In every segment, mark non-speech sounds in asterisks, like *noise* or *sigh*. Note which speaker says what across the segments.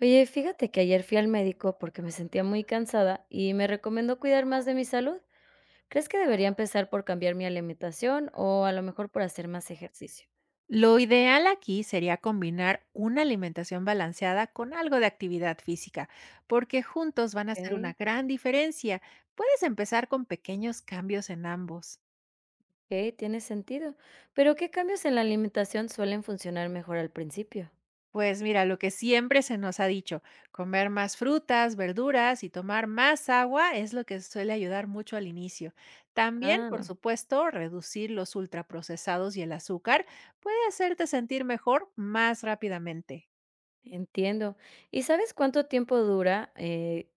Speaker 1: Oye, fíjate que ayer fui al médico porque me sentía muy cansada y me recomendó cuidar más de mi salud. ¿Crees que debería empezar por cambiar mi alimentación o a lo mejor por hacer más ejercicio?
Speaker 2: Lo ideal aquí sería combinar una alimentación balanceada con algo de actividad física, porque juntos van a hacer una
Speaker 1: Ok,
Speaker 2: gran diferencia. Puedes empezar con pequeños cambios en ambos.
Speaker 1: ok, tiene sentido. Pero ¿qué cambios en la alimentación suelen funcionar mejor al principio?
Speaker 2: Pues mira, lo que siempre se nos ha dicho, comer más frutas, verduras y tomar más agua es lo que suele ayudar mucho al inicio. También, por
Speaker 1: Ah,
Speaker 2: supuesto, reducir los ultraprocesados y el azúcar puede hacerte sentir mejor más rápidamente.
Speaker 1: entiendo. ¿Y sabes cuánto tiempo dura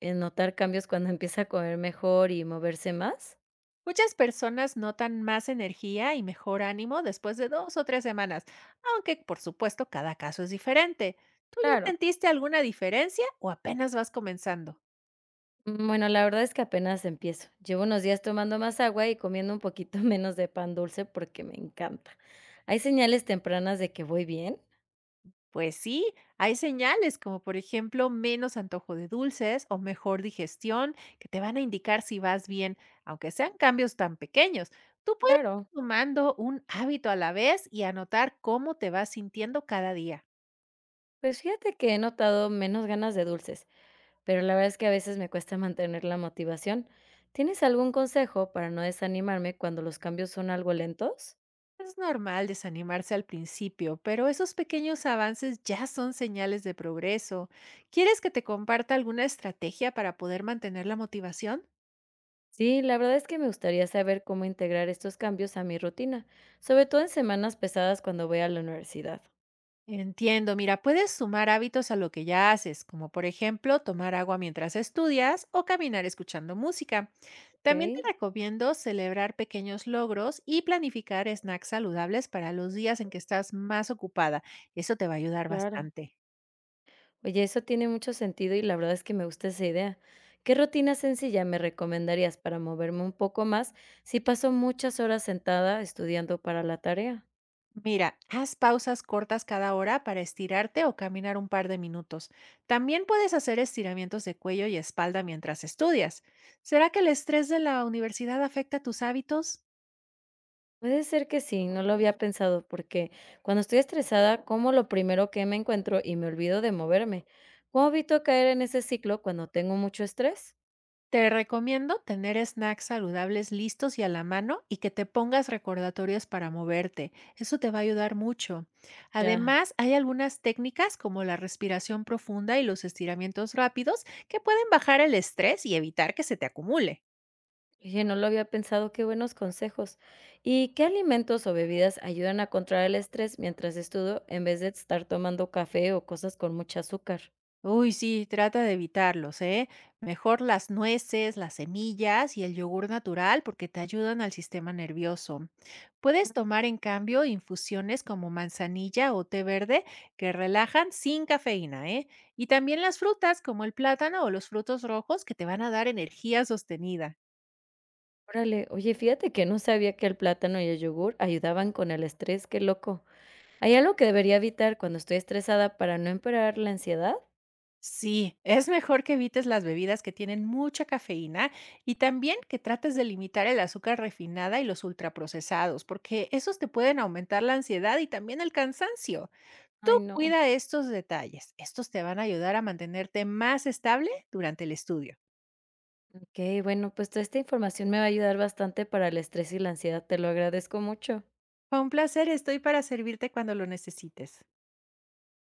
Speaker 1: en notar cambios cuando *laughs* empieza a comer mejor y moverse más?
Speaker 2: Muchas personas notan más energía y mejor ánimo después de dos o tres semanas, aunque por supuesto cada caso es diferente. ¿Tú ya
Speaker 1: Claro.
Speaker 2: sentiste alguna diferencia o apenas vas comenzando?
Speaker 1: Mm, bueno, la verdad es que apenas empiezo. Llevo unos días tomando más agua y comiendo un poquito *laughs* menos de pan dulce porque me encanta. ¿Hay señales tempranas de que voy bien?
Speaker 2: Pues sí, hay señales como por ejemplo menos antojo de dulces o mejor digestión que te van a indicar si vas bien, aunque sean cambios tan pequeños. Tú puedes
Speaker 1: Claro.
Speaker 2: ir tomando un hábito a la vez y anotar cómo te vas sintiendo cada día.
Speaker 1: Pues fíjate que he notado menos ganas de dulces, pero la verdad es que a veces me cuesta mantener la motivación. ¿Tienes algún consejo para no desanimarme cuando los cambios son algo lentos?
Speaker 2: Es normal desanimarse al principio, pero esos pequeños avances ya son señales de progreso. ¿Quieres que te comparta alguna estrategia para poder mantener la motivación?
Speaker 1: Sí, la verdad es que me gustaría saber cómo integrar estos cambios a mi rutina, sobre todo en semanas pesadas cuando voy a la universidad.
Speaker 2: Entiendo, mira, puedes sumar hábitos a lo que ya haces, como por ejemplo tomar agua mientras estudias o caminar escuchando música.
Speaker 1: Ok,
Speaker 2: También te recomiendo celebrar pequeños logros y planificar snacks saludables para los días en que estás más ocupada. Eso te va a ayudar
Speaker 1: claro.
Speaker 2: bastante.
Speaker 1: Oye, eso tiene mucho sentido y la verdad es que me gusta esa idea. ¿Qué rutina sencilla me recomendarías para moverme un poco más si paso muchas horas sentada estudiando para la tarea?
Speaker 2: Mira, haz pausas cortas cada hora para estirarte o caminar un par de minutos. También puedes hacer estiramientos de cuello y espalda mientras estudias. ¿Será que el estrés de la universidad afecta tus hábitos?
Speaker 1: Puede ser que sí, no lo había pensado porque cuando estoy estresada como lo primero que me encuentro y me olvido de moverme. ¿Cómo evito caer en ese ciclo cuando tengo mucho estrés?
Speaker 2: Te recomiendo tener snacks saludables listos y a la mano y que te pongas recordatorios para moverte. Eso te va a ayudar mucho.
Speaker 1: Ya.
Speaker 2: Además, hay algunas técnicas como la respiración profunda y los estiramientos rápidos que pueden bajar el estrés y evitar que se te acumule.
Speaker 1: Oye, no lo había pensado, qué buenos consejos. ¿Y qué alimentos o bebidas ayudan a controlar el estrés mientras estudio en vez de estar tomando café o cosas con mucho azúcar?
Speaker 2: Uy, sí, trata de evitarlos, ¿eh? Mejor las nueces, las semillas y el yogur natural porque te ayudan al sistema nervioso. Puedes tomar, en cambio, infusiones como manzanilla o té verde que relajan sin cafeína, ¿eh? Y también las frutas como el plátano o los frutos rojos que te van a dar energía sostenida.
Speaker 1: Órale, oye, fíjate que no sabía que el plátano y el yogur ayudaban con el estrés, qué loco. ¿Hay algo que debería evitar cuando estoy estresada para no empeorar la ansiedad?
Speaker 2: Sí, es mejor que evites las bebidas que tienen mucha cafeína y también que trates de limitar el azúcar refinada y los ultraprocesados, porque esos te pueden aumentar la ansiedad y también el cansancio. Tú
Speaker 1: Ay, no.
Speaker 2: cuida estos detalles. Estos te van a ayudar a mantenerte más estable durante el estudio.
Speaker 1: Ok, bueno, pues toda esta información me va a ayudar bastante para el estrés y la ansiedad, te lo agradezco mucho.
Speaker 2: Fue un placer, estoy para servirte cuando lo necesites.